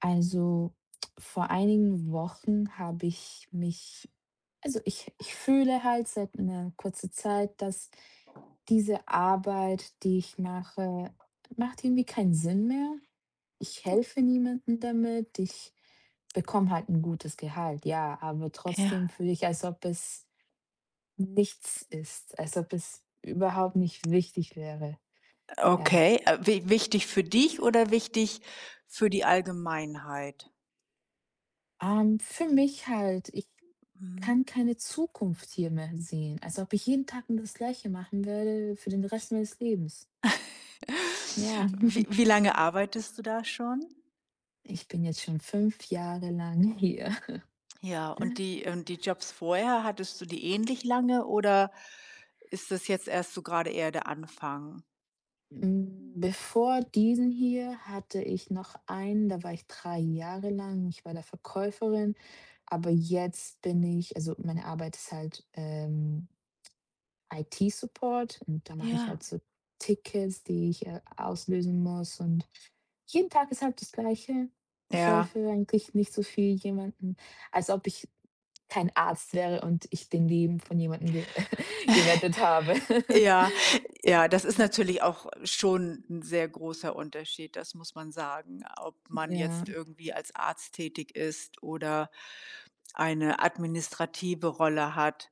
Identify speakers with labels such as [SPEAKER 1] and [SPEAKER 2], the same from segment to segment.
[SPEAKER 1] Also, vor einigen Wochen habe ich mich also, ich fühle halt seit einer kurzen Zeit, dass diese Arbeit, die ich mache, macht irgendwie keinen Sinn mehr. Ich helfe niemandem damit. Ich bekomme halt ein gutes Gehalt, ja, aber
[SPEAKER 2] Ja,
[SPEAKER 1] trotzdem fühle ich, als ob es nichts ist, als ob es überhaupt nicht wichtig wäre, ja.
[SPEAKER 2] okay. Wi wichtig für dich oder wichtig für die Allgemeinheit?
[SPEAKER 1] Für mich halt, ich
[SPEAKER 2] Mhm.
[SPEAKER 1] kann keine Zukunft hier mehr sehen, als ob ich jeden Tag nur das Gleiche machen würde für den Rest meines Lebens. Ja,
[SPEAKER 2] Wie wie lange arbeitest du da schon?
[SPEAKER 1] ich bin jetzt schon 5 Jahre lang hier.
[SPEAKER 2] Ja, und die Jobs vorher, hattest du die ähnlich lange oder ist das jetzt erst so gerade eher der Anfang?
[SPEAKER 1] Bevor diesen hier hatte ich noch einen, da war ich 3 Jahre lang. Ich war da Verkäuferin, aber jetzt bin ich also meine Arbeit ist halt, IT-Support, und da mache ich
[SPEAKER 2] Ja.
[SPEAKER 1] halt so Tickets, die ich auslösen muss, und jeden Tag ist halt das Gleiche. Ich
[SPEAKER 2] Ja.
[SPEAKER 1] helfe eigentlich nicht so viel jemandem, als ob ich kein Arzt wäre und ich den Leben von jemandem ge gerettet habe.
[SPEAKER 2] Ja, ja, das ist natürlich auch schon ein sehr großer Unterschied, das muss man sagen, ob man
[SPEAKER 1] Ja,
[SPEAKER 2] jetzt irgendwie als Arzt tätig ist oder eine administrative Rolle hat.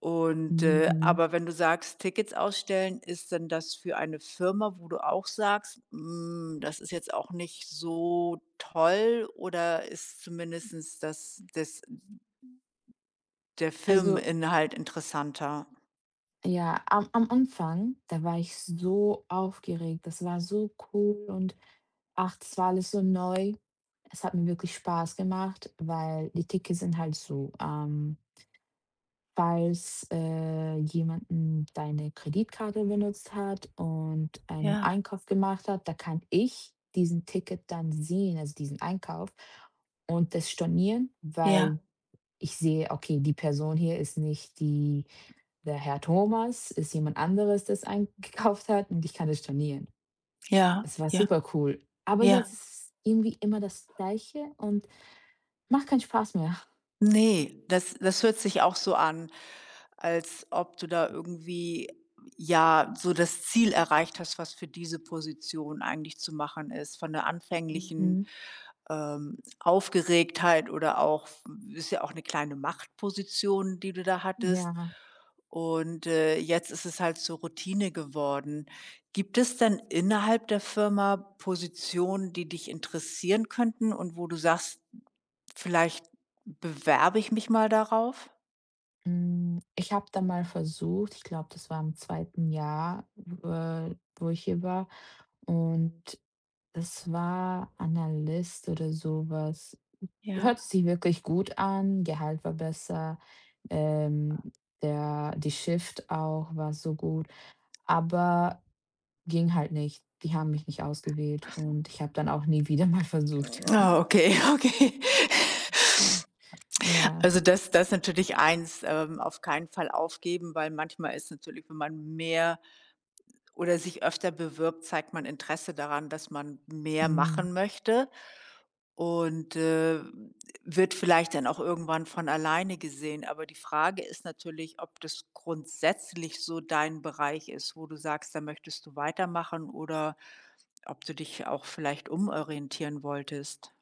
[SPEAKER 2] Und,
[SPEAKER 1] mhm.
[SPEAKER 2] aber wenn du sagst, Tickets ausstellen, ist denn das für eine Firma, wo du auch sagst: „Hm, das ist jetzt auch nicht so toll“, oder ist zumindestens das der
[SPEAKER 1] Also,
[SPEAKER 2] Firmeninhalt interessanter?
[SPEAKER 1] ja, am Anfang, da war ich so aufgeregt. Das war so cool, und ach, das war alles so neu. Es hat mir wirklich Spaß gemacht, weil die Tickets sind halt so, falls jemanden deine Kreditkarte benutzt hat und einen
[SPEAKER 2] Ja,
[SPEAKER 1] Einkauf gemacht hat, da kann ich diesen Ticket dann sehen, also diesen Einkauf und das stornieren,
[SPEAKER 2] ja,
[SPEAKER 1] weil ich sehe, okay, die Person hier ist nicht die, der Herr Thomas ist jemand anderes, das eingekauft hat, und ich kann das stornieren.
[SPEAKER 2] ja,
[SPEAKER 1] Es war
[SPEAKER 2] ja,
[SPEAKER 1] super cool. Aber jetzt
[SPEAKER 2] ja.
[SPEAKER 1] ist es irgendwie immer das Gleiche und macht keinen Spaß mehr.
[SPEAKER 2] Nee, das hört sich auch so an, als ob du da irgendwie, ja, so das Ziel erreicht hast, was für diese Position eigentlich zu machen ist, von der anfänglichen,
[SPEAKER 1] Mhm.
[SPEAKER 2] Aufgeregtheit oder auch ist ja auch eine kleine Machtposition, die du da hattest.
[SPEAKER 1] Ja,
[SPEAKER 2] Und, jetzt ist es halt zur Routine geworden. Gibt es denn innerhalb der Firma Positionen, die dich interessieren könnten und wo du sagst: Vielleicht bewerbe ich mich mal darauf?
[SPEAKER 1] ich habe da mal versucht, ich glaube, das war im zweiten Jahr, wo ich hier war, und das war Analyst oder sowas.
[SPEAKER 2] Ja.
[SPEAKER 1] Hört sich wirklich gut an, Gehalt war besser, ähm, der die Shift auch war so gut. Aber ging halt nicht. Die haben mich nicht ausgewählt, und ich habe dann auch nie wieder mal versucht.
[SPEAKER 2] Ah, okay, okay.
[SPEAKER 1] Ja.
[SPEAKER 2] Also, das ist natürlich eins, auf keinen Fall aufgeben, weil manchmal ist natürlich, wenn man mehr oder sich öfter bewirbt, zeigt man Interesse daran, dass man mehr
[SPEAKER 1] Mhm.
[SPEAKER 2] machen möchte und, wird vielleicht dann auch irgendwann von alleine gesehen. Aber die Frage ist natürlich, ob das grundsätzlich so dein Bereich ist, wo du sagst, da möchtest du weitermachen oder ob du dich auch vielleicht umorientieren wolltest.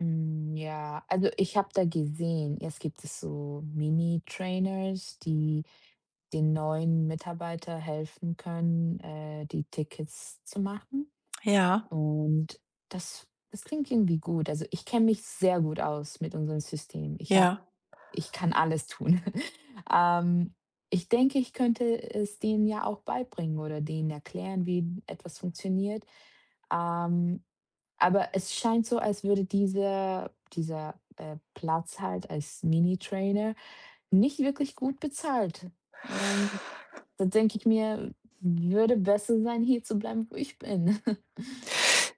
[SPEAKER 1] Ja, also ich habe da gesehen, jetzt gibt es so Mini-Trainers, die den neuen Mitarbeiter helfen können, die Tickets zu machen.
[SPEAKER 2] Ja,
[SPEAKER 1] Und das klingt irgendwie gut. Also, ich kenne mich sehr gut aus mit unserem System.
[SPEAKER 2] ja.
[SPEAKER 1] Ich kann alles tun. Ähm, Ich denke, ich könnte es denen ja auch beibringen oder denen erklären, wie etwas funktioniert. Ähm, aber es scheint so, als würde dieser Platz halt als Mini-Trainer nicht wirklich gut bezahlt. Ähm, Da denke ich mir, würde besser sein, hier zu bleiben, wo ich bin.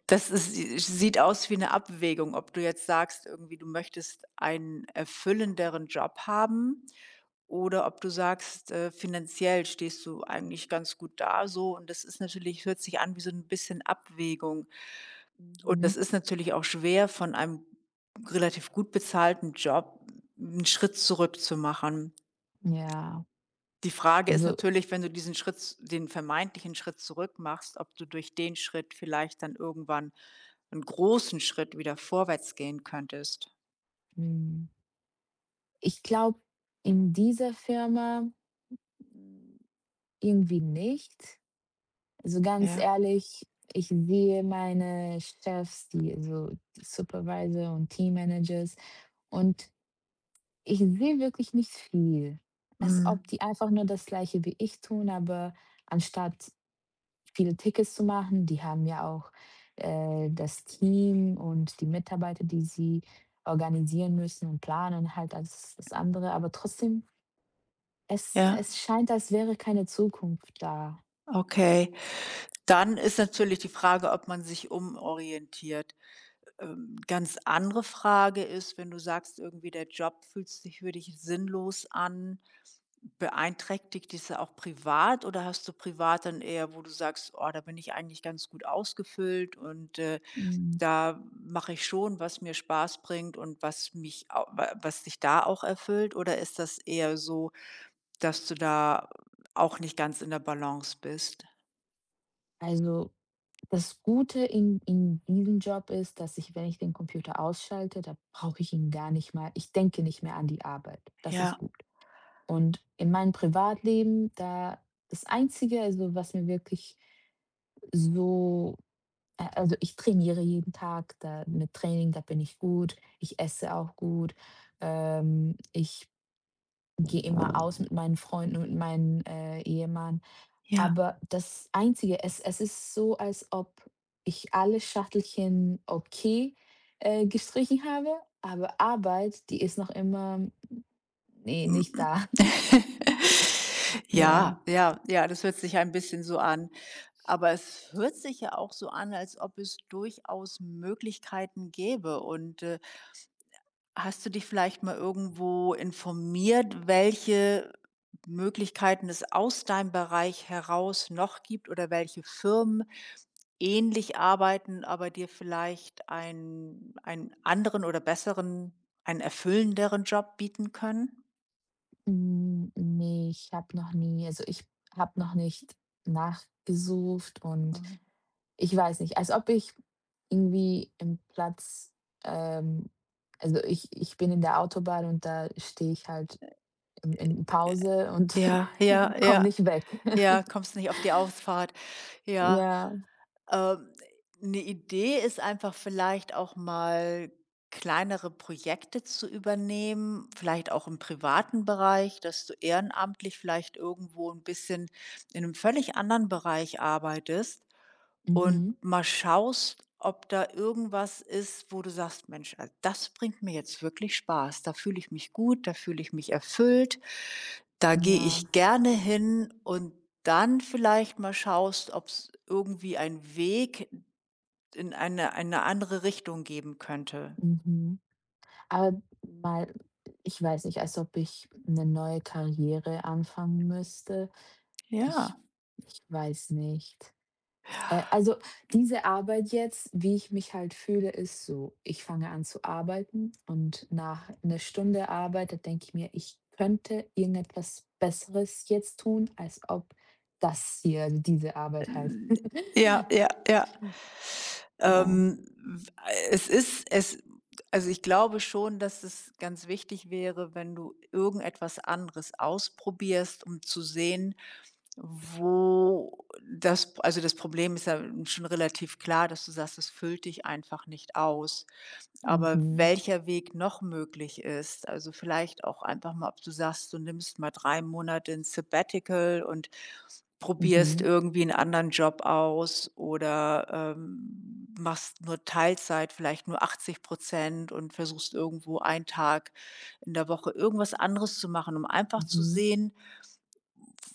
[SPEAKER 2] Das ist sieht aus wie 'ne Abwägung, ob du jetzt sagst irgendwie, du möchtest einen erfüllenderen Job haben oder ob du sagst, finanziell stehst du eigentlich ganz gut da so und das ist natürlich hört sich an wie so 'n bisschen Abwägung. Und
[SPEAKER 1] Mhm,
[SPEAKER 2] das ist natürlich auch schwer, von einem relativ gut bezahlten Job 'n Schritt zurück zu machen.
[SPEAKER 1] ja.
[SPEAKER 2] Die Frage ist
[SPEAKER 1] Also,
[SPEAKER 2] natürlich, wenn du diesen Schritt den vermeintlichen Schritt zurück machst, ob du durch den Schritt vielleicht dann irgendwann einen großen Schritt wieder vorwärts gehen könntest.
[SPEAKER 1] hm, ich glaube, in dieser Firma mm, irgendwie nicht. Also, ganz
[SPEAKER 2] Ja,
[SPEAKER 1] ehrlich, ich sehe meine Chefs, die also die Supervisor und Teammanagers, und ich sehe wirklich nicht viel. Als ob
[SPEAKER 2] mhm,
[SPEAKER 1] die einfach nur das Gleiche wie ich tun, aber anstatt viele Tickets zu machen, die haben ja auch, das Team und die Mitarbeiter, die sie organisieren müssen und planen halt als das andere, aber trotzdem Es
[SPEAKER 2] ja,
[SPEAKER 1] es scheint, als wäre keine Zukunft da.
[SPEAKER 2] okay. Dann ist natürlich die Frage, ob man sich umorientiert. Ganz andere Frage ist, wenn du sagst, irgendwie der Job fühlt sich für dich sinnlos an, beeinträchtigt dich das auch privat oder hast du privat dann eher, wo du sagst: „Oh, da bin ich eigentlich ganz gut ausgefüllt und,
[SPEAKER 1] Hm,
[SPEAKER 2] da mache ich schon, was mir Spaß bringt und was mich au wa was dich da auch erfüllt oder ist das eher so, dass du da auch nicht ganz in der Balance bist?
[SPEAKER 1] also, das Gute in diesem Job ist, dass ich, wenn ich den Computer ausschalte, da brauche ich ihn gar nicht mal, ich denke nicht mehr an die Arbeit. Das ist
[SPEAKER 2] Ja,
[SPEAKER 1] gut. Und in meinem Privatleben, da das Einzige, also, was mir wirklich so a also, ich trainiere jeden Tag, da mit Training, da bin ich gut. Ich esse auch gut. Ich gehe immer aus mit meinen Freunden und meinem, Ehemann.
[SPEAKER 2] ja.
[SPEAKER 1] Aber das Einzige, es ist so, als ob ich alle Schachtelchen okay, gestrichen habe, aber Arbeit, die ist noch immer nee nicht
[SPEAKER 2] Mhm.
[SPEAKER 1] da. Ja,
[SPEAKER 2] Ja, ja, ja, das hört sich ein bisschen so an. Aber es hört sich ja auch so an, als ob es durchaus Möglichkeiten gäbe und, Hast du dich vielleicht mal irgendwo informiert, welche Möglichkeiten es aus deinem Bereich heraus noch gibt oder welche Firmen ähnlich arbeiten, aber dir vielleicht einen anderen oder besseren, einen erfüllenderen Job bieten können?
[SPEAKER 1] ne, ich habe noch nie also, ich habe noch nicht nachgesucht, und
[SPEAKER 2] Mhm.
[SPEAKER 1] ich weiß nicht, als ob ich irgendwie im Platz, ähm also, ich bin in der Autobahn, und da stehe ich halt in Pause und
[SPEAKER 2] Ja, ja,
[SPEAKER 1] komme
[SPEAKER 2] ja.
[SPEAKER 1] nicht weg.
[SPEAKER 2] Ja, kommst nicht auf die Ausfahrt. Ja,
[SPEAKER 1] Ja.
[SPEAKER 2] ähm, 'ne Idee ist einfach vielleicht auch mal kleinere Projekte zu übernehmen, vielleicht auch im privaten Bereich, dass du ehrenamtlich vielleicht irgendwo ein bisschen in einem völlig anderen Bereich arbeitest und
[SPEAKER 1] Mhm.
[SPEAKER 2] mal schaust, ob da irgendwas ist, wo du sagst: „Mensch, also das bringt mir jetzt wirklich Spaß. Da fühle ich mich gut, da fühle ich mich erfüllt, da gehe
[SPEAKER 1] Ja,
[SPEAKER 2] ich gerne hin.“ Und dann vielleicht mal schaust, ob es irgendwie einen Weg in eine andere Richtung geben könnte.
[SPEAKER 1] mhm. Aber mal ich weiß nicht, als ob ich eine neue Karriere anfangen müsste. Ich
[SPEAKER 2] Ja.
[SPEAKER 1] ich weiß nicht. Also, diese Arbeit jetzt, wie ich mich halt fühle, ist so: Ich fange an zu arbeiten und nach 'ner Stunde Arbeit, da denke ich mir: „Ich könnte irgendetwas Besseres jetzt tun, als ob das hier, also diese Arbeit halt.“
[SPEAKER 2] Ja, ja, ja.
[SPEAKER 1] Ja,
[SPEAKER 2] Ähm, es ist es Also, ich glaube schon, dass es ganz wichtig wäre, wenn du irgendetwas anderes ausprobierst, um zu sehen, wo das also, das Problem ist ja schon relativ klar, dass du sagst, es füllt dich einfach nicht aus. Aber
[SPEAKER 1] mhm,
[SPEAKER 2] welcher Weg noch möglich ist, also vielleicht auch einfach mal, ob du sagst, du nimmst mal 3 Monate 'n Sabbatical und probierst
[SPEAKER 1] mhm,
[SPEAKER 2] irgendwie einen anderen Job aus oder, machst nur Teilzeit, vielleicht nur 80% und versuchst irgendwo einen Tag in der Woche irgendwas anderes zu machen, um einfach zu
[SPEAKER 1] mhm.
[SPEAKER 2] sehen,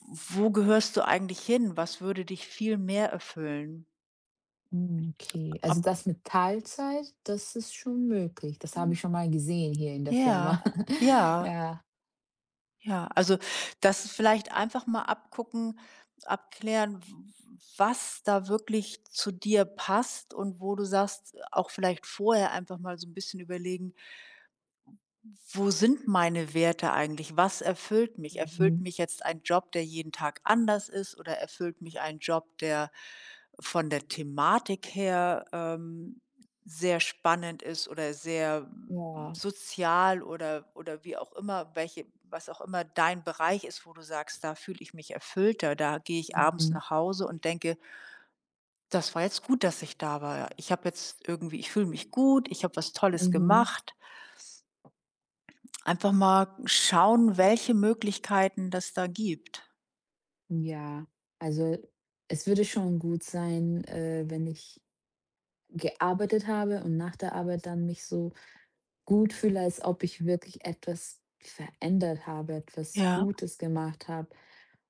[SPEAKER 2] wo gehörst du eigentlich hin? Was würde dich viel mehr erfüllen?
[SPEAKER 1] Hm, okay.
[SPEAKER 2] Ob
[SPEAKER 1] Also, das mit Teilzeit, das ist schon möglich. Das
[SPEAKER 2] Hm.
[SPEAKER 1] habe ich schon mal gesehen hier in der
[SPEAKER 2] Ja,
[SPEAKER 1] Firma.
[SPEAKER 2] ja.
[SPEAKER 1] Ja.
[SPEAKER 2] Ja, also das vielleicht einfach mal abgucken, abklären, w was da wirklich zu dir passt und wo du sagst auch vielleicht vorher einfach mal so ein bisschen überlegen: wo sind meine Werte eigentlich? Was erfüllt mich? Erfüllt
[SPEAKER 1] Mhm.
[SPEAKER 2] mich jetzt ein Job, der jeden Tag anders ist oder erfüllt mich ein Job, der von der Thematik her, sehr spannend ist oder sehr
[SPEAKER 1] Ja.
[SPEAKER 2] sozial oder wie auch immer, welche was auch immer dein Bereich ist, wo du sagst: „Da fühle ich mich erfüllter, da gehe ich abends
[SPEAKER 1] Mhm.
[SPEAKER 2] nach Hause und denke: ‚Das war jetzt gut, dass ich da war. Ich habe jetzt irgendwie ich fühle mich gut, ich habe was Tolles
[SPEAKER 1] Mhm.
[SPEAKER 2] gemacht.‘“ Einfach mal schauen, welche Möglichkeiten das da gibt.
[SPEAKER 1] Ja. Also, es würde schon gut sein, wenn ich gearbeitet habe und nach der Arbeit dann mich so gut fühle, als ob ich wirklich etwas verändert habe, etwas
[SPEAKER 2] Ja.
[SPEAKER 1] Gutes gemacht habe,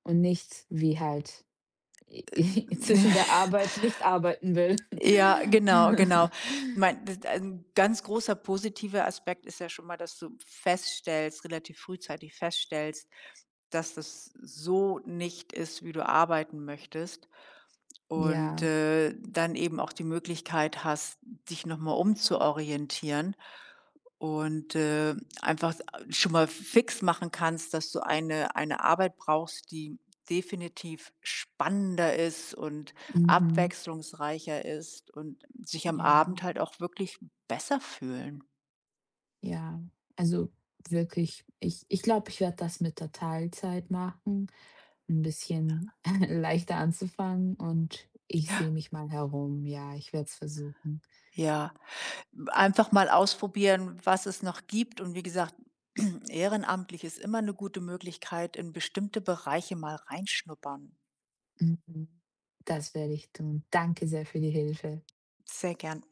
[SPEAKER 1] und nicht wie halt zwischen der Arbeit nicht arbeiten will.
[SPEAKER 2] Ja, genau, genau. Mein d Ein ganz großer positiver Aspekt ist ja schon mal, dass du feststellst relativ frühzeitig feststellst, dass das so nicht ist, wie du arbeiten möchtest und,
[SPEAKER 1] Ja,
[SPEAKER 2] dann eben auch die Möglichkeit hast, dich noch mal umzuorientieren und, einfach schon mal fix machen kannst, dass du eine Arbeit brauchst, die definitiv spannender ist und
[SPEAKER 1] mhm,
[SPEAKER 2] abwechslungsreicher ist und sich am
[SPEAKER 1] ja,
[SPEAKER 2] Abend halt auch wirklich besser fühlen.
[SPEAKER 1] ja. Also, wirklich, ich glaube, ich werde das mit der Teilzeit machen, ein bisschen leichter anzufangen, und ich sehe mich mal herum. Ja, ich werde es versuchen.
[SPEAKER 2] Ja. Einfach mal ausprobieren, was es noch gibt. Und wie gesagt, ehrenamtlich ist immer eine gute Möglichkeit, in bestimmte Bereiche mal reinschnuppern.
[SPEAKER 1] Mhm. Das werde ich tun. Danke sehr für die Hilfe.
[SPEAKER 2] Sehr gern.